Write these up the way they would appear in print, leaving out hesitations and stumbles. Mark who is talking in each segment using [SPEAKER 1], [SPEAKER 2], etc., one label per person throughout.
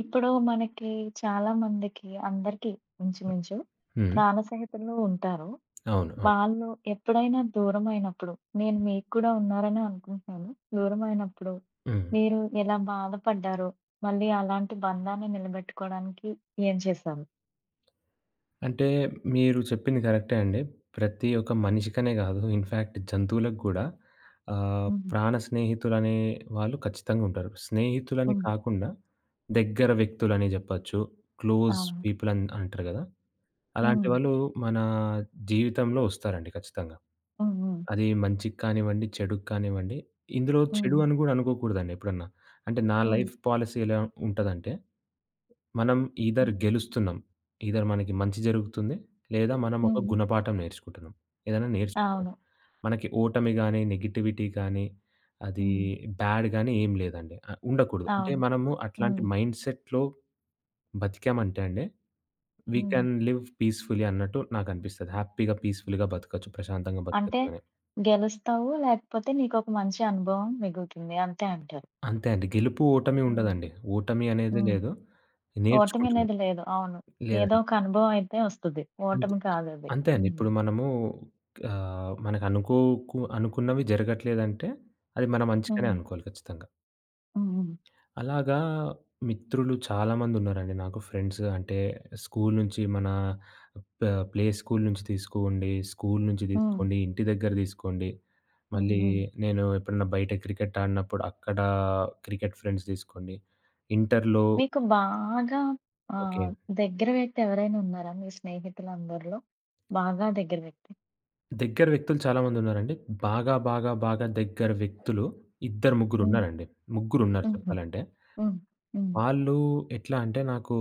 [SPEAKER 1] ఇప్పుడు మనకి చాలా మందికి అందరికీ ఇంచుమించు
[SPEAKER 2] హ్మ్.
[SPEAKER 1] ప్రాణ స్నేహితులు ఉంటారు.
[SPEAKER 2] అవును. అవును.
[SPEAKER 1] వాళ్ళు ఎప్పుడైనా దూరమైనప్పుడు నేను మీకు కూడా ఉన్నారనే అనుకుంటున్నాను. దూరమైనప్పుడు
[SPEAKER 2] హ్మ్.
[SPEAKER 1] మీరు ఎలా బాధపడ్డారో, మళ్ళీ అలాంటి బంధాన్ని నిలబెట్టుకోవడానికి ఏం చేశారు?
[SPEAKER 2] అంటే మీరు చెప్పింది కరెక్టే అండి. ప్రతి ఒక్క మనిషికనే గాదు ఇన్‌ఫాక్ట్ జంతువులకు గూడా
[SPEAKER 1] హ్మ్.
[SPEAKER 2] ప్రాణ స్నేహితులనే వాళ్ళు ఖచ్చితంగా ఉంటారు. స్నేహితులని
[SPEAKER 1] హ్మ్.
[SPEAKER 2] కాకుండా దగ్గర వ్యక్తులని జెప్పొచ్చు. క్లోజ్
[SPEAKER 1] అవును.
[SPEAKER 2] పీపుల్ అని అంటారు గదా! అలాంటి
[SPEAKER 1] హ్మ్.
[SPEAKER 2] వాళ్ళు మన జీవితంలో ఒస్తారండి ఖచ్చితంగా.
[SPEAKER 1] హ్మ్. హ్మ్.
[SPEAKER 2] అది మంచికి కానివ్వండి, చెడుకి కానివ్వండి. ఇందులో చెడు
[SPEAKER 1] హ్మ్.
[SPEAKER 2] అని గూడా అనుకోకూడదండి ఎప్పుడన్నా. అంటే నా
[SPEAKER 1] హ్మ్.
[SPEAKER 2] లైఫ్ పాలిసీ ఎలా ఉంటదంటే మనం ఈదర్
[SPEAKER 1] హ్మ్.
[SPEAKER 2] గెలుస్తున్నాం. ఈదర్ మనకి మంచి జరుగుతుంది. లేదా మనం ఒక
[SPEAKER 1] హ్మ్.
[SPEAKER 2] గుణపాఠం నేర్చుకుంటున్నాం. ఏదైనా నేర్చుకుంటున్నాం.
[SPEAKER 1] అవును.
[SPEAKER 2] మనకి ఓటమి గాని, నెగటివిటీ గాని, అది
[SPEAKER 1] హ్మ్.
[SPEAKER 2] బ్యాడ్ గాని ఏం లేదండి. ఉండకూడదు. అంటే
[SPEAKER 1] అవును.
[SPEAKER 2] మనము అట్లాంటి
[SPEAKER 1] హ్మ్.
[SPEAKER 2] మైండ్‌సెట్‌లో బతికామంటే అండి, వి
[SPEAKER 1] హ్మ్.
[SPEAKER 2] క్యాన్ లివ్ పీస్‌ఫుల్లీ అన్నట్టు నాకనిపిస్తది. హ్యాపీగా, పీస్‌ఫుల్‌గా బతకచ్చు. ప్రశాంతంగా
[SPEAKER 1] అంటే
[SPEAKER 2] బతకచ్చు అని.
[SPEAKER 1] గెలుస్తావు, లేకపోతే నీకొక మంచి అనుభవం మిగులుతుంది. అంతే అంటారు.
[SPEAKER 2] అంతే అండి. గెలుపు, ఓటమి
[SPEAKER 1] హ్మ్.
[SPEAKER 2] ఉండదండి. ఓటమి అనేదే
[SPEAKER 1] హ్మ్.
[SPEAKER 2] లేదు.
[SPEAKER 1] ఓటమి
[SPEAKER 2] నేర్చుకుంటున్నాం.
[SPEAKER 1] అనేది లేదు. అవును. ఏదో
[SPEAKER 2] లేదండి.
[SPEAKER 1] ఒక అనుభవం అయితే వస్తది.
[SPEAKER 2] అంతే.
[SPEAKER 1] ఓటమి కాదది.
[SPEAKER 2] అంతే అండి.
[SPEAKER 1] హ్మ్.
[SPEAKER 2] ఇప్పుడు మనము మనకనుకోకు అనుకున్నవి జరగట్లేదంటే, అది మన మంచికనే
[SPEAKER 1] హ్మ్.
[SPEAKER 2] అనుకోవాలి ఖచ్చితంగా.
[SPEAKER 1] హ్మ్. హ్మ్.
[SPEAKER 2] అలాగా మిత్రులు చాలామందున్నారండి నాకు ఫ్రెండ్స్ అంటే, స్కూలు నుంచి మన ప్లే స్కూలు నుంచి తీసుకోండి, స్కూలు నుంచి
[SPEAKER 1] హ్మ్.
[SPEAKER 2] తీసుకోండి, ఇంటి దగ్గర తీసుకోండి,
[SPEAKER 1] హ్మ్.
[SPEAKER 2] మళ్ళీ
[SPEAKER 1] హ్మ్.
[SPEAKER 2] నేను ఎప్పుడన్నా బయట క్రికెట్ ఆడినప్పుడు అక్కడ క్రికెట్ ఫ్రెండ్స్ తీసుకోండి, ఇంటర్‌లో
[SPEAKER 1] మీకు బాగా
[SPEAKER 2] ఓకే.
[SPEAKER 1] ఆహ్, దగ్గర వ్యక్తి ఎవరైనా ఉన్నారా? మీ స్నేహితులందరిలో? బాగా దగ్గర వ్యక్తి.
[SPEAKER 2] దగ్గర వ్యక్తులు చాలామందున్నారండి. బాగా, బాగా, బాగా దగ్గర వ్యక్తులు ఇద్దరు,
[SPEAKER 1] హ్మ్.
[SPEAKER 2] ముగ్గురున్నారండి. ముగ్గురున్నారు
[SPEAKER 1] హుహు.
[SPEAKER 2] చెప్పాలంటే.
[SPEAKER 1] హ్మ్. హ్మ్.
[SPEAKER 2] వాళ్ళు ఎట్లా అంటే నాకు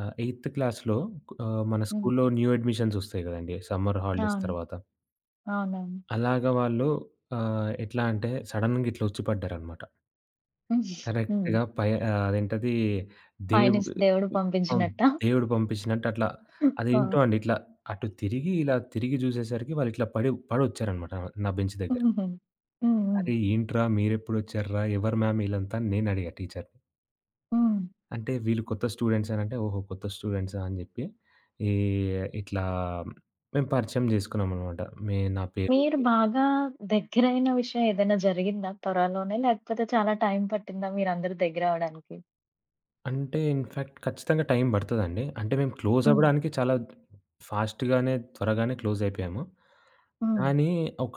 [SPEAKER 2] ఎయిత్ క్లాస్‌లో మన
[SPEAKER 1] హ్మ్.
[SPEAKER 2] స్కూల్‌లో న్యూ అడ్మిషన్స్ ఒస్తాయి గదండీ! సమ్మర్ హాలిడేస్
[SPEAKER 1] అవును.
[SPEAKER 2] తర్వాత.
[SPEAKER 1] అవునవును.
[SPEAKER 2] అలాగా వాళ్ళు ఎట్లా అంటే సడెన్‌గా ఇట్లా ఒచ్చి పడ్డారనమాట.
[SPEAKER 1] హ్మ్.
[SPEAKER 2] కరెక్ట్‌గా పై అదేంటది దేవు
[SPEAKER 1] పైనుంచి దేవుడు
[SPEAKER 2] అవును.
[SPEAKER 1] పంపించినట్టా?
[SPEAKER 2] దేవుడు పంపించినట్టు అట్లా
[SPEAKER 1] ఆ!
[SPEAKER 2] అదేంటో అండి ఇట్లా అటు తిరిగి, ఇలా తిరిగి జూసేసరికి వాళ్ళిట్లా పడి పడొచ్చారనమాట నా బెంచ్ దగ్గర.
[SPEAKER 1] హుహు. హ్మ్. హ్మ్.
[SPEAKER 2] అరే! ఏంట్రా మీరెప్పుడొచ్చార్రా? ఎవరు మ్యామ్ ఈళ్ళంతా అని నేనడిగా టీచర్‌ని.
[SPEAKER 1] హ్మ్.
[SPEAKER 2] అంటే వీళ్ళు కొత్త స్టూడెంట్స్ అనంటే, ఓహో! కొత్త స్టూడెంట్సా అని జెప్పి, ఈ ఇట్లా మేము పరిచయం జేసుకున్నామనమాట. మే నా పేరు
[SPEAKER 1] మీరు
[SPEAKER 2] ఇది.
[SPEAKER 1] బాగా దగ్గరైన విషయం ఏదైనా జరిగిందా త్వరలోనే? లేకపోతే చాలా టైం పట్టిందా మీరందరూ దగ్గరవ్వడానికి?
[SPEAKER 2] అంటే ఇన్‌ఫాక్ట్ ఖచ్చితంగా టైం బడతదండి. అంటే మేము క్లోజ్
[SPEAKER 1] హ్మ్.
[SPEAKER 2] అవ్వడానికి చాలా ఫాస్ట్‌గానే, త్వరగానే క్లోజ్ అయిపోయాము.
[SPEAKER 1] హ్మ్.
[SPEAKER 2] కానీ ఒక,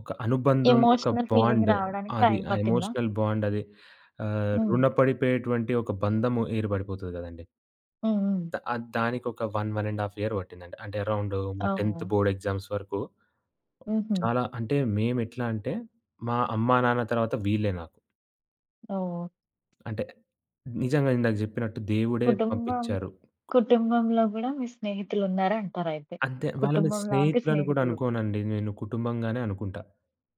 [SPEAKER 2] ఒక అనుబంధం, ఒక
[SPEAKER 1] ఎమోషనల్ ఫీలింగ్
[SPEAKER 2] బాండ్
[SPEAKER 1] రావడానికి
[SPEAKER 2] అది
[SPEAKER 1] టైం
[SPEAKER 2] ఆ
[SPEAKER 1] పట్టిందా?
[SPEAKER 2] ఎమోషనల్ బాండ్ అది
[SPEAKER 1] హ్మ్.
[SPEAKER 2] రుణపడిపోయేటువంటి ఒక బంధము ఏర్పడిపోతది గదండీ!
[SPEAKER 1] హ్మ్. హ్మ్.
[SPEAKER 2] దానికొక 1, 1 ½ ఇయర్ పట్టిందండి. అంటే అరౌండ్ మా
[SPEAKER 1] ఓహ్!
[SPEAKER 2] 10th బోర్డ్ ఎగ్జామ్స్ వరకు
[SPEAKER 1] హుహు.
[SPEAKER 2] చాలా అంటే మేమెట్లా అంటే, మా అమ్మా, నాన్న తర్వాత వీళ్ళే నాకు.
[SPEAKER 1] ఓహ్!
[SPEAKER 2] అంటే నిజంగా ఇందాక జెప్పినట్టు దేవుడే
[SPEAKER 1] కుటుంబం
[SPEAKER 2] పంపిచ్చారు.
[SPEAKER 1] కుటుంబంలో గూడా మీ స్నేహితులున్నారంటారయితే.
[SPEAKER 2] అంతే వాళ్ళని
[SPEAKER 1] కుటుంబం లాంటి
[SPEAKER 2] స్నేహితులని గూడా
[SPEAKER 1] స్నేహితులు.
[SPEAKER 2] అనుకోనండి. నేను కుటుంబంగానే అనుకుంటా.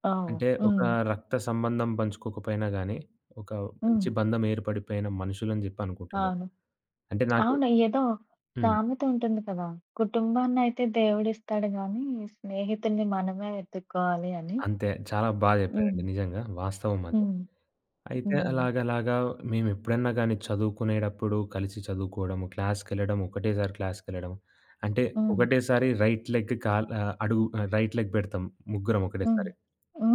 [SPEAKER 1] ఓహ్!
[SPEAKER 2] అంటే ఒక
[SPEAKER 1] హ్మ్.
[SPEAKER 2] రక్త సంబంధం పంచుకోకపోయినా గానీ, ఒక
[SPEAKER 1] హ్మ్.
[SPEAKER 2] మంచి బంధం ఏర్పడిపోయిన మనుషులని జెప్పి అనుకుంటా నేను.
[SPEAKER 1] అవును.
[SPEAKER 2] అంటే నాకు
[SPEAKER 1] అవును. ఏదో
[SPEAKER 2] హ్మ్.
[SPEAKER 1] సామెత ఉంటుంది కదా! కుటుంబాన్నయితే దేవుడిస్తాడు గానీ, స్నేహితుల్ని మనమే వెతుక్కోవాలి అని.
[SPEAKER 2] అంతే. చాలా బా
[SPEAKER 1] హ్మ్.
[SPEAKER 2] జెప్పారండి నిజంగా. వాస్తవం అది.
[SPEAKER 1] హ్మ్.
[SPEAKER 2] అయితే
[SPEAKER 1] హ్మ్.
[SPEAKER 2] అలాగలాగా మేమెప్పుడన్నా గానీ చదువుకునేటప్పుడు కలిసి చదువుకోవడము, క్లాస్‌కెళ్ళడం, ఒకటేసారి క్లాస్‌కెళ్ళడం. అంటే
[SPEAKER 1] హ్మ్.
[SPEAKER 2] ఒకటేసారి రైట్ లెగ్ కాల్ అడుగు రైట్ లెగ్ పెడతాం ముగ్గురం
[SPEAKER 1] హ్మ్.
[SPEAKER 2] ఒకటేసారి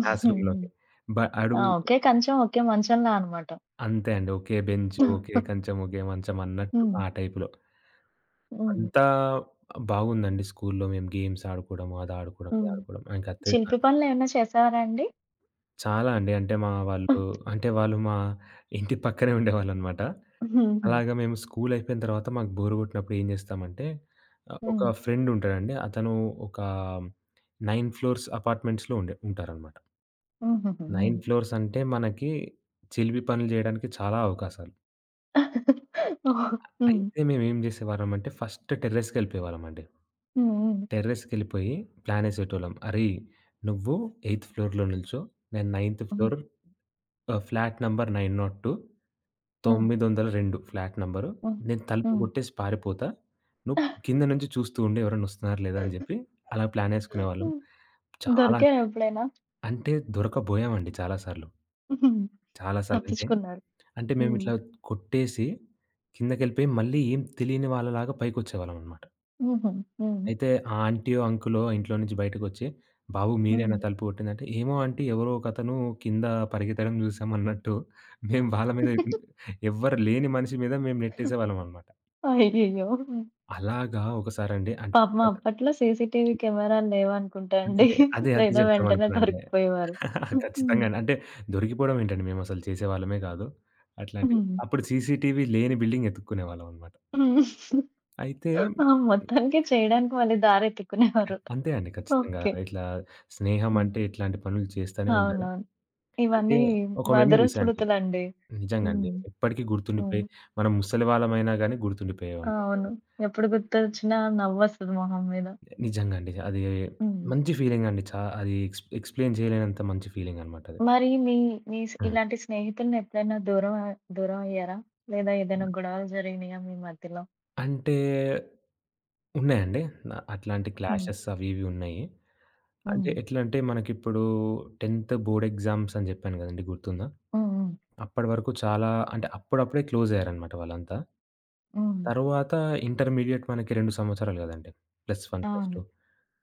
[SPEAKER 2] క్లాస్
[SPEAKER 1] హ్మ్.
[SPEAKER 2] రూమ్‌లోకి. బ
[SPEAKER 1] ఆ!
[SPEAKER 2] అడుగు
[SPEAKER 1] ఒకే కంచం, ఒకే మంచంలా అనమాట.
[SPEAKER 2] అంతే అండి. ఒకే బెంచ్, ఒకే కంచం, ఒకే మంచం అన్నట్టు
[SPEAKER 1] హ్మ్.
[SPEAKER 2] ఆ టైప్‌లో.
[SPEAKER 1] హ్మ్.
[SPEAKER 2] అంతా బాగుందండి స్కూలులో మేము గేమ్స్ ఆడుకోవడం, అది ఆడుకోవడం, ఇది
[SPEAKER 1] హ్మ్.
[SPEAKER 2] ఆడుకోవడం. ఇంక అంతే
[SPEAKER 1] శిల్పి పనులేమన్నా చేసేవారా అండి?
[SPEAKER 2] చాలా అండి. అంటే మా వాళ్ళు అంటే వాళ్ళు మా ఇంటి పక్కనే ఉండేవాళ్ళనమాట.
[SPEAKER 1] హుహు.
[SPEAKER 2] అలాగా మేము స్కూల్ అయిపోయిన తర్వాత మాకు బోర్ కొట్టినప్పుడు ఏం చేస్తామంటే,
[SPEAKER 1] హ్మ్.
[SPEAKER 2] ఒక ఫ్రెండ్ ఉంటాడండి. అతను ఒక 9 ఫ్లోర్స్ అపార్ట్మెంట్స్‌లో ఉండే ఉంటారనమాట.
[SPEAKER 1] హుహుహు. హ్మ్.
[SPEAKER 2] 9 ఫ్లోర్స్ అంటే మనకి చిలిపి పనులు చేయడానికి చాలా అవకాశాలు.
[SPEAKER 1] ఓహ్! హ్మ్.
[SPEAKER 2] అయితే మేమేం చేసేవాళ్ళమంటే ఫస్ట్ టెర్రస్‌కెళ్ళిపోయేవాళ్ళమండి.
[SPEAKER 1] హ్మ్. హ్మ్.
[SPEAKER 2] టెర్రస్‌కెళ్ళిపోయి ప్లానేసేటోళ్ళం. "అరేయ్! నువ్వు ఎయిత్ ఫ్లోర్‌లో నిల్చో. నేను నైన్త్
[SPEAKER 1] హ్మ్.
[SPEAKER 2] ఫ్లోర్. ఆ! Flat number 902.
[SPEAKER 1] హ్మ్.
[SPEAKER 2] 902 ఫ్లాట్ నంబరు.
[SPEAKER 1] హ్మ్.
[SPEAKER 2] నేను తలుపు
[SPEAKER 1] హ్మ్.
[SPEAKER 2] కొట్టేసి పారిపోతా. నువ్వు కింద నుంచి చూస్తూ ఉండు ఎవరైనా వస్తున్నారా లేదా" అని జెప్పి అలా ప్లాన్ యేసుకునేవాళ్ళం.
[SPEAKER 1] హ్మ్.
[SPEAKER 2] చాలా
[SPEAKER 1] దొరికారా ఎప్పుడైనా?
[SPEAKER 2] అంటే దొరకబోయామండి చాలా సార్లు. చాలా సార్లు అంటే,
[SPEAKER 1] తప్పించుకున్నారు.
[SPEAKER 2] అంటే
[SPEAKER 1] హ్మ్.
[SPEAKER 2] మేమిట్లా కొట్టేసి కిందకెళ్ళిపోయి మళ్ళీ ఏం తెలియని వాళ్ళలాగా పైకొచ్చేవాళ్ళమనమాట.
[SPEAKER 1] హుహు. హ్మ్.
[SPEAKER 2] అయితే ఆ ఆంటీయో, అంకులో ఇంట్లో నుంచి బయటకొచ్చి, "బాబు మీరేనా
[SPEAKER 1] హ్మ్.
[SPEAKER 2] తలుపు కొట్టిందంటే?" "ఏమో ఆంటీ ఎవరో ఒకతను కింద పరిగెత్తడం చూసామన్నట్టు మేము వాళ్ళ మీద ఎవ్వరు లేని మనిషి మీద మేము నెట్టేసేవాళ్ళం అనమాట."
[SPEAKER 1] అయ్యయ్యో! హ్మ్.
[SPEAKER 2] అలాగా ఒకసారండి అంటే
[SPEAKER 1] పాపం అప్పట్లో సీసీటీవీ కెమెరాలు లేవనుకుంటా అండి.
[SPEAKER 2] అదే, అదే, అదే
[SPEAKER 1] లేదా వెంటనే
[SPEAKER 2] చెప్దామనుకున్నానండి.
[SPEAKER 1] దొరికిపోయేవారు. హ్మ్.
[SPEAKER 2] ఖచ్చితంగానే. అంటే దొరికిపోవడం ఏంటండి మేమసలు చేసేవాళ్ళమే కాదు. అట్లాంటివి.
[SPEAKER 1] హ్మ్.
[SPEAKER 2] అప్పుడు సీసీటీవీ లేని బిల్డింగ్ ఎతుక్కునేవాళ్ళం అనమాట.
[SPEAKER 1] హ్మ్.
[SPEAKER 2] అయితే
[SPEAKER 1] ఆ! మొత్తానికి చేయడానికి మళ్ళీ దారెతుక్కునేవారు.
[SPEAKER 2] అంతే అండి ఖచ్చితంగా.
[SPEAKER 1] ఓకే.
[SPEAKER 2] ఇట్లా స్నేహం
[SPEAKER 1] హ్మ్.
[SPEAKER 2] అంటే ఇట్లాంటి పనులు చేస్తానే ఉండాలి.
[SPEAKER 1] అవునవును.
[SPEAKER 2] అంటే
[SPEAKER 1] ఇవన్నీ
[SPEAKER 2] ఒక
[SPEAKER 1] మధుర
[SPEAKER 2] మెమోరీస్ అండి.
[SPEAKER 1] స్మృతులండి.
[SPEAKER 2] నిజంగా అండి.
[SPEAKER 1] హ్మ్.
[SPEAKER 2] ఎప్పటికి
[SPEAKER 1] హ్మ్.
[SPEAKER 2] గుర్తుండిపోయి మనం ముసలివాళ్ళమైనా గాని గుర్తుండిపోయేవాళ్ళు.
[SPEAKER 1] అవును. ఎప్పుడు గుర్తొచ్చినా నవ్వొస్తది మొహం మీద.
[SPEAKER 2] నిజంగా అండి. అది
[SPEAKER 1] హ్మ్.
[SPEAKER 2] మంచి ఫీలింగ్ అండి. అది ఎక్స్‌ప్లెయిన్ చేయలేనంత మంచి ఫీలింగ్ అనమాట అది.
[SPEAKER 1] మరి మీ మీ స్
[SPEAKER 2] హ్మ్.
[SPEAKER 1] ఇలాంటి స్నేహితుల్ని ఎప్పుడైనా దూరం అయ్యారా? లేదా ఏదైనా గొడవలు జరిగినాయా మీ మధ్యలో?
[SPEAKER 2] అంటే ఉన్నాయండి. అట్లాంటి
[SPEAKER 1] హ్మ్.
[SPEAKER 2] క్లాషెస్ అవి ఇవి ఉన్నాయి. అంటే
[SPEAKER 1] హ్మ్.
[SPEAKER 2] ఎట్లంటే మనకిప్పుడు 10th బోర్డ్ ఎగ్జామ్స్ అని చెప్పాను కదండీ! గుర్తుందా?
[SPEAKER 1] హ్మ్. హ్మ్.
[SPEAKER 2] అప్పటి వరకు చాలా అంటే అప్పుడప్పుడే క్లోజయ్యారనమాట వాళ్ళంతా.
[SPEAKER 1] హ్మ్.
[SPEAKER 2] తరువాత ఇంటర్మీడియేట్ మనకి 2 సంవత్సరాలు గదండీ. +1,
[SPEAKER 1] అవును.
[SPEAKER 2] +2.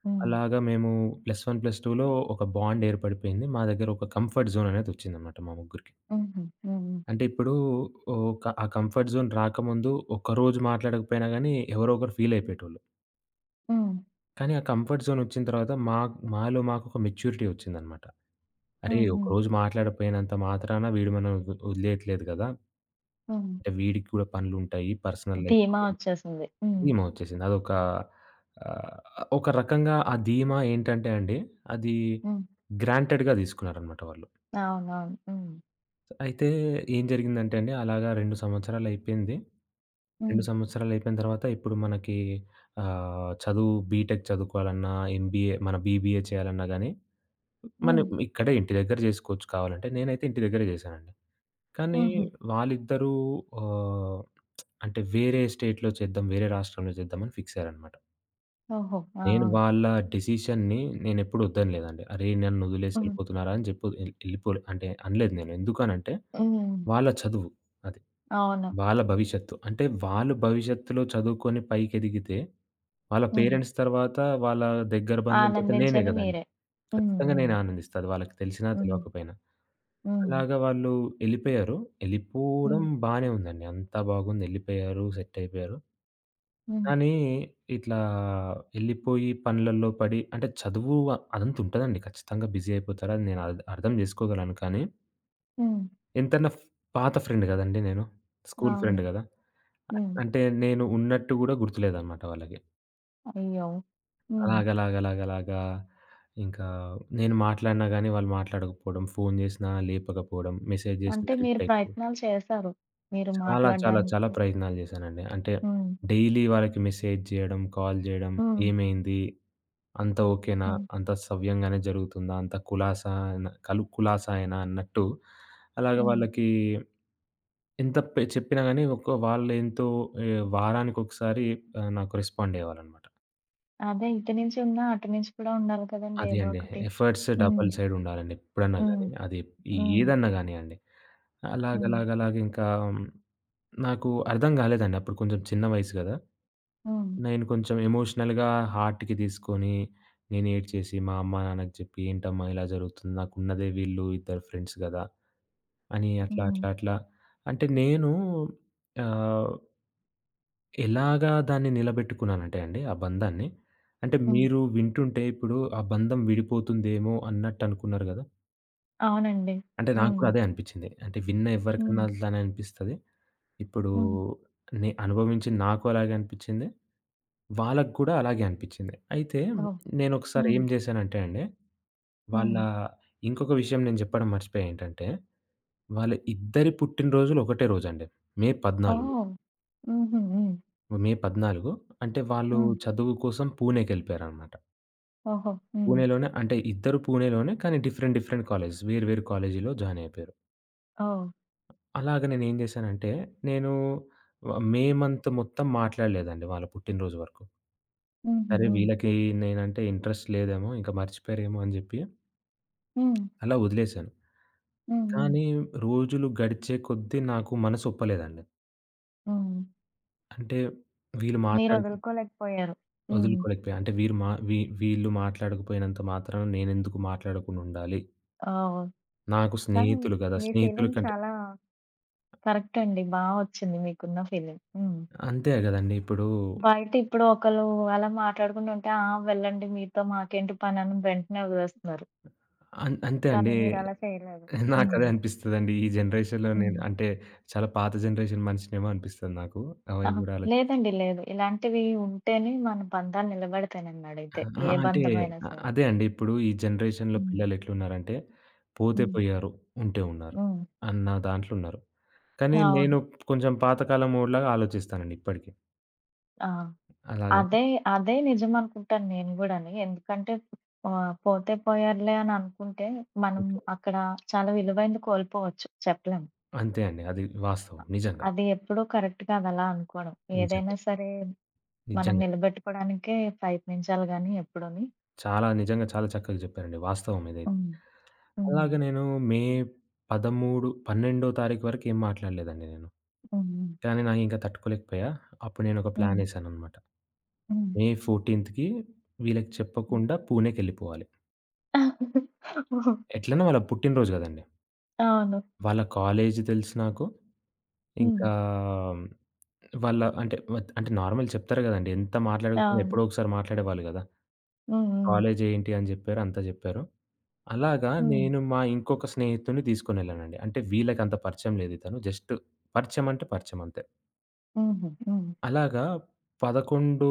[SPEAKER 1] హ్మ్.
[SPEAKER 2] అలాగా మేము +1, +2లో ఒక బాండ్ ఏర్పడిపోయింది. మా దగ్గర ఒక కంఫర్ట్ జోన్ అనేదొచ్చిందనమాట మా ముగ్గురికి.
[SPEAKER 1] హుహు. హ్మ్.
[SPEAKER 2] అంటే ఇప్పుడు ఒక ఆ కంఫర్ట్ జోన్ రాకముందు ఒక్కరోజు మాట్లాడకపోయినా గానీ ఎవరో ఒకరు ఫీలయిపోయేటోళ్ళు.
[SPEAKER 1] హ్మ్.
[SPEAKER 2] కానీ ఆ కంఫర్ట్ జోన్ ఒచ్చిన తర్వాత మా మాలో మాకొక మెచ్యూరిటీ ఒచ్చిందనమాట. అరే!
[SPEAKER 1] హ్మ్. హ్మ్.
[SPEAKER 2] ఒకరోజు మాట్లాడకపోయినంత మాత్రాన వీడు మనల్ని వదిలేయట్లేదు గదా!
[SPEAKER 1] హ్మ్.
[SPEAKER 2] అంటే వీడికి కూడా పనులుంటాయి. పర్సనల్ లైఫ్
[SPEAKER 1] ధీమా
[SPEAKER 2] ఉంటుంది.
[SPEAKER 1] వచ్చేసింది. హ్మ్.
[SPEAKER 2] ధీమా వచ్చేసింది. అదొక ఆహ్, ఒక రకంగా ఆ ధీమా ఏంటంటే అండి, అది
[SPEAKER 1] హ్మ్.
[SPEAKER 2] గ్రాంటెడ్‌గా తీసుకున్నారనమాట వాళ్ళు.
[SPEAKER 1] అవునవును. హ్మ్.
[SPEAKER 2] అయితే ఏం జరిగిందంటే అండి, అలాగా 2 సంవత్సరాలు అయిపోయింది. 2
[SPEAKER 1] హ్మ్.
[SPEAKER 2] సంవత్సరాలు అయిపోయిన తర్వాత ఇప్పుడు మనకి చదువు బీటెక్ చదువుకోవాలన్నా, ఎంబీఏ మన బీబీఏ చేయాలన్నా గాని, మనం
[SPEAKER 1] హ్మ్.
[SPEAKER 2] ఇక్కడే ఇంటి దగ్గర జేసుకోవచ్చు కావాలంటే. నేనైతే ఇంటి దగ్గరే జేశానండి. కానీ
[SPEAKER 1] హుహు.
[SPEAKER 2] వాళ్ళిద్దరూ ఆహ్ అంటే వేరే స్టేట్‌లో చేద్దాం, వేరే రాష్ట్రంలో చేద్దామని ఫిక్స్ అయ్యారనమాట.
[SPEAKER 1] ఓహో! ఆ!
[SPEAKER 2] నేను
[SPEAKER 1] ఆ!
[SPEAKER 2] వాళ్ళ డిసిషన్‌ని నేనెప్పుడు వద్దనలేదండి. అరేయ్! నన్నొదిలేసి
[SPEAKER 1] హ్మ్.
[SPEAKER 2] ఎళ్ళిపోతున్నారా అని చెప్పు ఎళ్ళిపోలే అంటే అనలేదు నేను. ఎందుకనంటే
[SPEAKER 1] హ్మ్.
[SPEAKER 2] వాళ్ళ చదువు అది.
[SPEAKER 1] అవును.
[SPEAKER 2] వాళ్ళ భవిష్యత్తు. అంటే వాళ్ళు భవిష్యత్తులో చదువుకొని పైకెదిగితే, వాళ్ళ
[SPEAKER 1] హ్మ్.
[SPEAKER 2] పేరెంట్స్ తర్వాత వాళ్ళ దగ్గర బంధువుల తర్వాత నేనే
[SPEAKER 1] ఆనందించేది
[SPEAKER 2] గదండీ.
[SPEAKER 1] మీరే. హ్మ్.
[SPEAKER 2] ఖచ్చితంగా
[SPEAKER 1] హ్మ్.
[SPEAKER 2] నేనే ఆనందిస్తా. అది వాళ్ళకి తెలిసినా
[SPEAKER 1] హ్మ్.
[SPEAKER 2] తెలవకపోయినా.
[SPEAKER 1] హ్మ్.
[SPEAKER 2] అలాగా వాళ్ళు ఎళ్ళిపోయారు. ఎళ్ళిపోవడం
[SPEAKER 1] హ్మ్.
[SPEAKER 2] బానే ఉందండి. అంతా బాగుంది. ఎళ్ళిపోయారు. సెట్ అయిపోయారు.
[SPEAKER 1] హ్మ్.
[SPEAKER 2] కానీ ఇట్లా ఎళ్ళిపోయి పనులల్లో పడి అంటే చదువు అదంతా ఉంటదండి. ఖచ్చితంగా బిజీ అయిపోతారు. అది నేను అర్థం జేసుకోగలను. కానీ
[SPEAKER 1] హ్మ్.
[SPEAKER 2] ఎంతైనా పాత ఫ్రెండ్ గదండీ నేను. స్కూల్
[SPEAKER 1] అవును.
[SPEAKER 2] ఫ్రెండ్ గదా!
[SPEAKER 1] హ్మ్.
[SPEAKER 2] అంటే నేను ఉన్నట్టు గూడా గుర్తులేదనమాట వాళ్ళకి.
[SPEAKER 1] అయ్యో! హ్మ్.
[SPEAKER 2] అలాగ, అలాగ, అలాగ, అలాగా ఇంకా నేను మాట్లాడినా గానీ వాళ్ళు మాట్లాడకపోవడం, ఫోను జేసినా లేపకపోవడం, మెసేజ్ జేసినా
[SPEAKER 1] అంటే మీరు
[SPEAKER 2] రిప్లై ఇవ్వకపోవడం.
[SPEAKER 1] ప్రయత్నాలు చేశారు. మీరు
[SPEAKER 2] చాలా, చాలా, చాలా
[SPEAKER 1] మాట్లాడడానికి.
[SPEAKER 2] ప్రయత్నాలు జేశానండి. అంటే
[SPEAKER 1] హ్మ్.
[SPEAKER 2] డైలీ వాళ్ళకి మెసేజ్ జేయడం, కాల్ జేయడం,
[SPEAKER 1] హ్మ్.
[SPEAKER 2] ఏమైంది? అంత ఓకేనా?
[SPEAKER 1] హ్మ్.
[SPEAKER 2] అంత సవ్యంగానే జరుగుతుందా? అంత కులాసాన కులాసాయేనా అన్నట్టు అలాగ
[SPEAKER 1] హ్మ్.
[SPEAKER 2] వాళ్ళకి ఎంత చెప్పినా గాని ఒక వాళ్ళెంతో వారానికొకసారి నాకు రెస్పాండ్ అయ్యేవాళ్ళనమాట.
[SPEAKER 1] అదే ఇటు నుంచి ఉన్నా, అటు నుంచి కూడా ఉండాలి కదండీ
[SPEAKER 2] అది
[SPEAKER 1] ఏదో
[SPEAKER 2] అండి.
[SPEAKER 1] ఒకటి.
[SPEAKER 2] ఎఫర్ట్స్
[SPEAKER 1] హ్మ్.
[SPEAKER 2] డబుల్ సైడ్ ఉండాలండి ఎప్పుడన్నా గాని.
[SPEAKER 1] హ్మ్.
[SPEAKER 2] అది
[SPEAKER 1] హ్మ్.
[SPEAKER 2] ఏదన్నా గానియండి.
[SPEAKER 1] హ్మ్.
[SPEAKER 2] అలాగలాగలాగ ఇంకా నాకు అర్థం గాలేదండి. అప్పుడు కొంచెం చిన్న వయసు గదా!
[SPEAKER 1] హ్మ్.
[SPEAKER 2] నేను కొంచెం ఎమోషనల్‌గా హార్ట్‌కి తీసుకొని, నేను ఏడ్చేసి మా అమ్మ, నాన్నకి చెప్పి, "ఏంటమ్మా ఇలా జరుగుతుంది? నాకున్నదే వీళ్ళు ఇద్దరు ఫ్రెండ్స్ గదా!" అని అట్లా,
[SPEAKER 1] హ్మ్.
[SPEAKER 2] అట్లా, అట్లా అంటే నేను ఆహ్, ఎలాగా దాన్ని నిలబెట్టుకున్నానంటే అండి ఆ బంధాన్ని, అంటే
[SPEAKER 1] హ్మ్.
[SPEAKER 2] మీరు వింటుంటే ఇప్పుడు ఆ బంధం విడిపోతుందేమో అన్నట్టనుకున్నారు గదా!
[SPEAKER 1] అవునండి.
[SPEAKER 2] అంటే నాకు
[SPEAKER 1] హ్మ్.
[SPEAKER 2] కూడా అదే అనిపిచ్చింది. అంటే విన్న ఎవరికన్నా
[SPEAKER 1] హ్మ్.
[SPEAKER 2] అట్లానే అనిపిస్తది. ఇప్పుడు
[SPEAKER 1] హ్మ్.
[SPEAKER 2] నే అనుభవించి నాకు అలాగే అనిపిచ్చింది. వాళ్ళకి కూడా అలాగే అనిపిచ్చింది. అయితే
[SPEAKER 1] ఓహ్!
[SPEAKER 2] నేనొకసారి
[SPEAKER 1] హ్మ్.
[SPEAKER 2] ఏం జేశానంటే అండి, వాళ్ళ
[SPEAKER 1] హ్మ్.
[SPEAKER 2] ఇంకొక విషయం నేను జెప్పడం మర్చిపోయా ఏంటంటే, వాళ్ళ ఇద్దరి పుట్టినరోజులు ఒకటే రోజండి. మే 14.
[SPEAKER 1] ఓహ్! హుహు. హ్మ్.
[SPEAKER 2] మే 14 అంటే వాళ్ళు
[SPEAKER 1] హ్మ్.
[SPEAKER 2] చదువు కోసం పూణేకెళ్ళిపోయారనమాట.
[SPEAKER 1] ఓహో! హ్మ్.
[SPEAKER 2] పూణేలోనే అంటే ఇద్దరు పూణేలోనే కానీ డిఫరెంట్ డిఫరెంట్ కాలేజెస్. వేరు వేరు కాలేజీలో జాయిన్ అయిపోయారు.
[SPEAKER 1] ఓహ్!
[SPEAKER 2] అలాగ నేనేం జేశానంటే, నేను మే మంత్ మొత్తం మాట్లాడలేదండి వాళ్ళ పుట్టినరోజు వరకు.
[SPEAKER 1] హుహు.
[SPEAKER 2] సరే
[SPEAKER 1] హ్మ్.
[SPEAKER 2] వీళ్ళకి నేనంటే ఇంట్రెస్ట్ లేదేమో, ఇంక మర్చిపోయారేమో అని జెప్పి
[SPEAKER 1] హ్మ్.
[SPEAKER 2] అలా వదిలేసాను.
[SPEAKER 1] హ్మ్. హ్మ్.
[SPEAKER 2] కానీ రోజులు గడిచే కొద్దీ నాకు మనసొప్పలేదండి.
[SPEAKER 1] హ్మ్.
[SPEAKER 2] అంటే వీళ్ళు మాట్లాడుకు
[SPEAKER 1] మీరొదులుకోలేకపోయారు. హ్మ్.
[SPEAKER 2] వదులుకోలేకపోయా. అంటే వీరు మా వీళ్ళు మాట్లాడకపోయినంత మాత్రాన నేనెందుకు మాట్లాడకుండుండాలి?
[SPEAKER 1] ఓహ్!
[SPEAKER 2] నాకు
[SPEAKER 1] కానీ
[SPEAKER 2] స్నేహితులు గదా!
[SPEAKER 1] మీ
[SPEAKER 2] స్నేహితుల
[SPEAKER 1] ఫీలింగ్
[SPEAKER 2] కంటే
[SPEAKER 1] చాలా కరెక్ట్ అండి. బా ఒచ్చింది మీకున్న ఫీలింగ్. హ్మ్.
[SPEAKER 2] అంతే గదండీ! ఇప్పుడు
[SPEAKER 1] బయట ఇప్పుడు ఒకళ్ళు అలా మాట్లాడుకుంటుంటే, "ఆ! వెళ్ళండి మీతో మాకేంటి పనని" వెంటనే వదిలేస్తున్నారు.
[SPEAKER 2] అంతే
[SPEAKER 1] కానీ
[SPEAKER 2] అండి.
[SPEAKER 1] మీరలా చేయలేదు. హ్మ్.
[SPEAKER 2] నాకదే అనిపిస్తదండి. ఈ జనరేషన్‌లో నేను
[SPEAKER 1] హ్మ్.
[SPEAKER 2] అంటే చాలా పాత జనరేషన్ మనిషినేమో అనిపిస్తది నాకు. అవి
[SPEAKER 1] అహా!
[SPEAKER 2] గూడా
[SPEAKER 1] లేదండి. లేదు. ఇలాంటివి ఉంటేనే మన బంధాలు నిలబడతాయి నన్నడిగితే.
[SPEAKER 2] ఆ!
[SPEAKER 1] ఏ
[SPEAKER 2] అంటే
[SPEAKER 1] బంధమైనా సరే.
[SPEAKER 2] అదే అండి. ఇప్పుడు ఈ జనరేషన్‌లో
[SPEAKER 1] హ్మ్.
[SPEAKER 2] పిల్లలు ఎట్లున్నారంటే, పోతే
[SPEAKER 1] హ్మ్.
[SPEAKER 2] పోయారు, ఉంటే ఉన్నారు
[SPEAKER 1] హ్మ్.
[SPEAKER 2] అన్న దాంట్లో ఉన్నారు. కానీ
[SPEAKER 1] అవును.
[SPEAKER 2] నేను కొంచెం పాతకాలం మోడ్‌లాగా ఆలోచిస్తానండి ఇప్పటికి.
[SPEAKER 1] ఆ!
[SPEAKER 2] అలాగా
[SPEAKER 1] అదే, అదే నిజమనుకుంటాను నేను గూడాని. ఎందుకంటే పోతే పోయారులే అని అనుకుంటే, మనం
[SPEAKER 2] ఓకే.
[SPEAKER 1] అక్కడ చాలా విలువైనది కోల్పోవచ్చు. చెప్పలేం.
[SPEAKER 2] అంతే అండి. అది వాస్తవం. నిజంగా.
[SPEAKER 1] అది ఎప్పుడూ కరెక్ట్ కాదు అలా అనుకోవడం.
[SPEAKER 2] నిజంగా.
[SPEAKER 1] ఏదైనా సరే మనం
[SPEAKER 2] నిజంగా.
[SPEAKER 1] నిలబెట్టుకోవడానికే ప్రయత్నించాలి గానీ ఎప్పుడూని.
[SPEAKER 2] చాలా నిజంగా చాలా చక్కగా చెప్పారండి. వాస్తవం ఇదైతే.
[SPEAKER 1] హ్మ్. హ్మ్.
[SPEAKER 2] అలాగే నేను మే 13, 12వ తారీఖు వరకు ఏం మాట్లాడలేదండి నేను.
[SPEAKER 1] హ్మ్.
[SPEAKER 2] కానీ నాకు ఇంకా తట్టుకోలేకపోయా. అప్పుడు నేను ఒక
[SPEAKER 1] హ్మ్.
[SPEAKER 2] ప్లానేసాననమాట.
[SPEAKER 1] హ్మ్.
[SPEAKER 2] మే 14కి వీళ్ళకి
[SPEAKER 1] హ్మ్.
[SPEAKER 2] చెప్పకుండా పూణేకెళ్ళిపోవాలి. ఎట్లైనా వాళ్ళ పుట్టినరోజు గదండీ!
[SPEAKER 1] అవును.
[SPEAKER 2] వాళ్ళ కాలేజ్ తెలుసు నాకు.
[SPEAKER 1] హ్మ్.
[SPEAKER 2] ఇంకా వాళ్ళ అంటే అంటే నార్మల్ చెప్తారు గదండీ! ఎంత మాట్లాడకపోయినా
[SPEAKER 1] అవును.
[SPEAKER 2] ఎప్పుడో ఒకసారి మాట్లాడేవాళ్ళు గదా!
[SPEAKER 1] హ్మ్. హ్మ్.
[SPEAKER 2] కాలేజ్ ఏంటి అని జెప్పారు. అంతా జెప్పారు. అలాగా
[SPEAKER 1] హ్మ్.
[SPEAKER 2] నేను మా ఇంకొక స్నేహితుడిని తీసుకొనెళ్ళానండి. అంటే వీళ్ళకంత పరిచయం లేదు ఇతను. జస్ట్ పరిచయం అంటే పరిచయం అంతే.
[SPEAKER 1] హుహు. హ్మ్.
[SPEAKER 2] అలాగా 11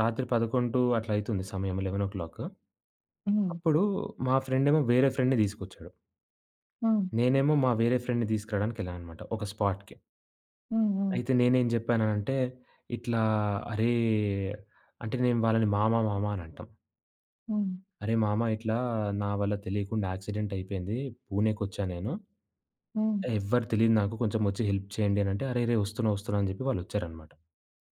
[SPEAKER 2] రాత్రి 11 అట్లా అయితుంది సమయం 11:00.
[SPEAKER 1] హ్మ్.
[SPEAKER 2] అప్పుడు మా ఫ్రెండేమో వేరే ఫ్రెండ్‌ని తీసుకొచ్చాడు.
[SPEAKER 1] హ్మ్.
[SPEAKER 2] నేనేమో మా వేరే ఫ్రెండ్‌ని తీసుకురావడానికెళ్ళాను అనమాట ఒక స్పాట్‌కి.
[SPEAKER 1] హ్మ్. హ్మ్.
[SPEAKER 2] అయితే నేనేం జెప్పాననంటే, ఇట్లా "అరే" అంటే నేను వాళ్ళని మామ, మామ అని అంటాం.
[SPEAKER 1] హ్మ్.
[SPEAKER 2] "అరే మామ ఇట్లా నా వల్ల తెలియకుండా యాక్సిడెంట్ అయిపోయింది. పూణేకొచ్చా నేను.
[SPEAKER 1] హ్మ్.
[SPEAKER 2] ఎవ్వరు తెలీదు నాకు. కొంచెం వచ్చి హెల్ప్ చేయండి" అనంటే, "అరే! రేయ్ వస్తున్నా, వస్తున్నా" అని జెప్పి వాళ్ళొచ్చారనమాట.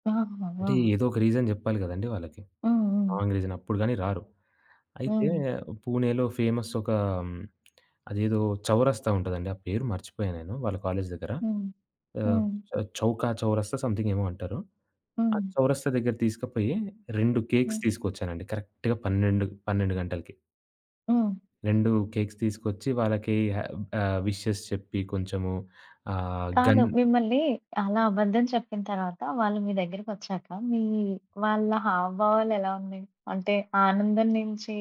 [SPEAKER 1] ఆహా!
[SPEAKER 2] అంటే
[SPEAKER 1] ఆ!
[SPEAKER 2] ఏదో ఒక రీజన్ జెప్పాలి గదండీ వాళ్ళకి.
[SPEAKER 1] హ్మ్. హ్మ్.
[SPEAKER 2] రాంగ్ రీజన్ అప్పుడు గాని రారు. అయితే
[SPEAKER 1] హ్మ్.
[SPEAKER 2] పూణేలో ఫేమస్ ఒక అదేదో చౌరస్తా ఉంటదండి. ఆ పేరు మర్చిపోయా నేను వాళ్ళ కాలేజ్ దగ్గర.
[SPEAKER 1] హ్మ్.
[SPEAKER 2] ఆహ్,
[SPEAKER 1] హ్మ్.
[SPEAKER 2] చ చౌకా చౌరస్తా సంథింగ్ ఏమో అంటారు. ఆ
[SPEAKER 1] హ్మ్.
[SPEAKER 2] చౌరస్తా దగ్గర తీసుకపోయి 2 కేక్స్
[SPEAKER 1] హ్మ్.
[SPEAKER 2] తీసుకొచ్చానండి. కరెక్ట్‌గా 12, 12 గంటలకి.
[SPEAKER 1] హ్మ్.
[SPEAKER 2] 2 కేక్స్ తీసుకొచ్చి వాళ్ళకి విషెస్ చెప్పి కొంచెము ఆహ్,
[SPEAKER 1] కాదు
[SPEAKER 2] గన్
[SPEAKER 1] మిమ్మల్ని అలా అబద్ధం చెప్పిన తర్వాత వాళ్ళు మీ దగ్గరికొచ్చాక వాళ్ళ హావభావాలు ఎలా ఉన్నాయి? అంటే ఆనందం నుంచి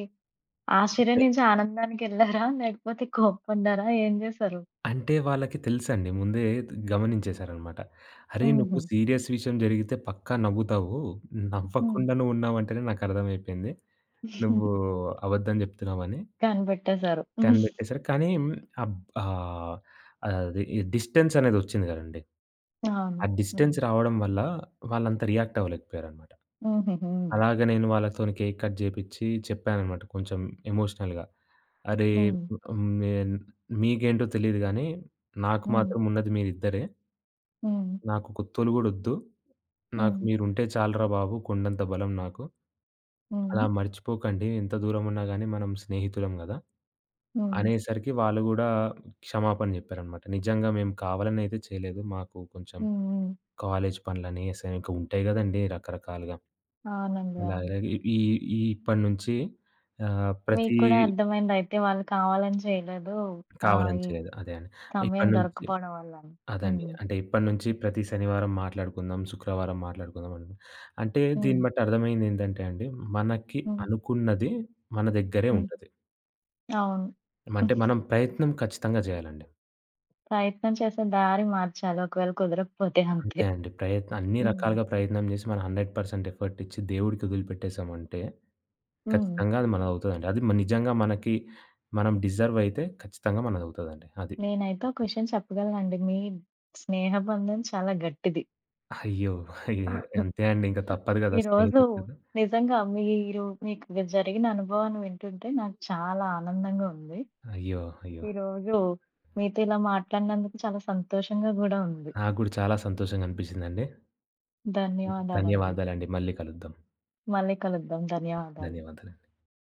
[SPEAKER 1] ఆశ్చర్యం
[SPEAKER 2] అంటే
[SPEAKER 1] నుంచి ఆనందానికెళ్లారా? లేకపోతే కోప్పడ్డారా? ఏం జేశారు?
[SPEAKER 2] అంటే వాళ్ళకి తెలుసండి. ముందే గమనించేసారనమాట. "అరే! నువ్వు
[SPEAKER 1] హుహు.
[SPEAKER 2] సీరియస్ విషయం జరిగితే పక్కా నవ్వుతావు.
[SPEAKER 1] హ్మ్.
[SPEAKER 2] నవ్వకుండా నువ్వు ఉన్నావంటేనే నాకర్థమైపోయింది. నువ్వు అబద్ధం జెప్తున్నావని"
[SPEAKER 1] కనిపెట్టేశారు. హ్మ్.
[SPEAKER 2] 10 పెట్టేసారు. కానీ అబ్ ఆహ్, అది డిస్టెన్స్ అనేదొచ్చింది గదండీ.
[SPEAKER 1] అవును.
[SPEAKER 2] ఆ డిస్టెన్స్
[SPEAKER 1] హ్మ్.
[SPEAKER 2] రావడం వల్ల వాళ్ళంత రియాక్ట్ అవ్వలేకపోయారనమాట.
[SPEAKER 1] హుహుహు.
[SPEAKER 2] అలాగ నేను వాళ్ళతోని కేక్ కట్ జేపిచ్చి చెప్పాననమాట కొంచెం ఎమోషనల్‌గా. "అరే!
[SPEAKER 1] హ్మ్.
[SPEAKER 2] మేన్ మీకేంటో తెలీదు గానీ, నాకు
[SPEAKER 1] హ్మ్.
[SPEAKER 2] మాత్రం ఉన్నది మీరిద్దరే.
[SPEAKER 1] హ్మ్.
[SPEAKER 2] నాకొక తొలి గూడొద్దు. నాకు
[SPEAKER 1] హ్మ్.
[SPEAKER 2] మీరుంటే చాలురా బాబు కొండంత బలం నాకు."
[SPEAKER 1] హ్మ్.
[SPEAKER 2] అలా
[SPEAKER 1] హ్మ్.
[SPEAKER 2] మర్చిపోకండి. ఎంత దూరమున్నా గాని మనం స్నేహితులం గదా!
[SPEAKER 1] హ్మ్.
[SPEAKER 2] అనేసరికి వాళ్ళు గూడా క్షమాపణ జెప్పారనమాట. నిజంగా మేము కావాలని అయితే చేయలేదు. మాకు కొంచెం
[SPEAKER 1] హ్మ్.
[SPEAKER 2] కాలేజ్ పనులని, అసైన్ ఇంకా ఉంటాయి గదండీ రకరకాలుగా.
[SPEAKER 1] అవునండి.
[SPEAKER 2] అలా
[SPEAKER 1] అవును.
[SPEAKER 2] అలాగే ఈ ఈ ఇప్పటినుంచి
[SPEAKER 1] మీకు
[SPEAKER 2] ప్రతి
[SPEAKER 1] కూడా అర్థమైందయితే వాళ్ళు కావాలని చేయలేదు. ఆహ్,
[SPEAKER 2] కావాలని
[SPEAKER 1] ఈ
[SPEAKER 2] చేయలేదు. అదే అండి.
[SPEAKER 1] సమయం
[SPEAKER 2] ఇప్పటినుంచి
[SPEAKER 1] దొరకపోవడం వల్లని.
[SPEAKER 2] అదండి.
[SPEAKER 1] హ్మ్.
[SPEAKER 2] అంటే ఇప్పటినుంచి ప్రతి శనివారం మాట్లాడుకుందాం, శుక్రవారం మాట్లాడుకుందాం అని. అంటే
[SPEAKER 1] హ్మ్.
[SPEAKER 2] దీన్ని బట్టి అర్థమైందేంటంటే అండి, మనకి
[SPEAKER 1] హ్మ్.
[SPEAKER 2] అనుకున్నది మన దగ్గరే
[SPEAKER 1] హ్మ్.
[SPEAKER 2] ఉంటది.
[SPEAKER 1] అవును.
[SPEAKER 2] అంటే మనం ప్రయత్నం ఖచ్చితంగా జేయాలండి.
[SPEAKER 1] ప్రయత్నం చేసే దారి మార్చాలి. ఒకవేళ కుదరకపోతే అంతే.
[SPEAKER 2] అంతే అండి. ప్రయత్నం అన్ని
[SPEAKER 1] హ్మ్.
[SPEAKER 2] రకాలుగా ప్రయత్నం జేసి మనం 100% ఎఫర్ట్ ఇచ్చి దేవుడికి వదిలిపెట్టేసామంటే
[SPEAKER 1] హ్మ్.
[SPEAKER 2] ఖచ్చితంగా అది మనదవుతదండి. అది నిజంగా మనకి మనం డిజర్వ్ అయితే ఖచ్చితంగా మనదవుతదండి. అది.
[SPEAKER 1] నేనైతే ఒక విషయం చెప్పగలనండి. మీ స్నేహబంధం చాలా గట్టిది.
[SPEAKER 2] అయ్యో! అయ్యే అంతే అండి. ఇంక తప్పదు గదా!
[SPEAKER 1] ఈరోజు
[SPEAKER 2] స్నేహితులు కదా!
[SPEAKER 1] నిజంగా మీకు జరిగిన అనుభవాన్ని వింటుంటే నాకు చాలా ఆనందంగా ఉంది.
[SPEAKER 2] అయ్యో! అయ్యో!
[SPEAKER 1] ఈరోజు మీతో ఇలా మాట్లాడినందుకు చాలా సంతోషంగా గూడా ఉంది.
[SPEAKER 2] నాకు గూడా చాలా సంతోషంగా అనిపిచ్చిందండి.
[SPEAKER 1] ధన్యవాదాలండి.
[SPEAKER 2] ధన్యవాదాలండి. మళ్ళీ కలుద్దాం.
[SPEAKER 1] మళ్ళీ కలుద్దాం. ధన్యవాదాలు.
[SPEAKER 2] ధన్యవాదాలు.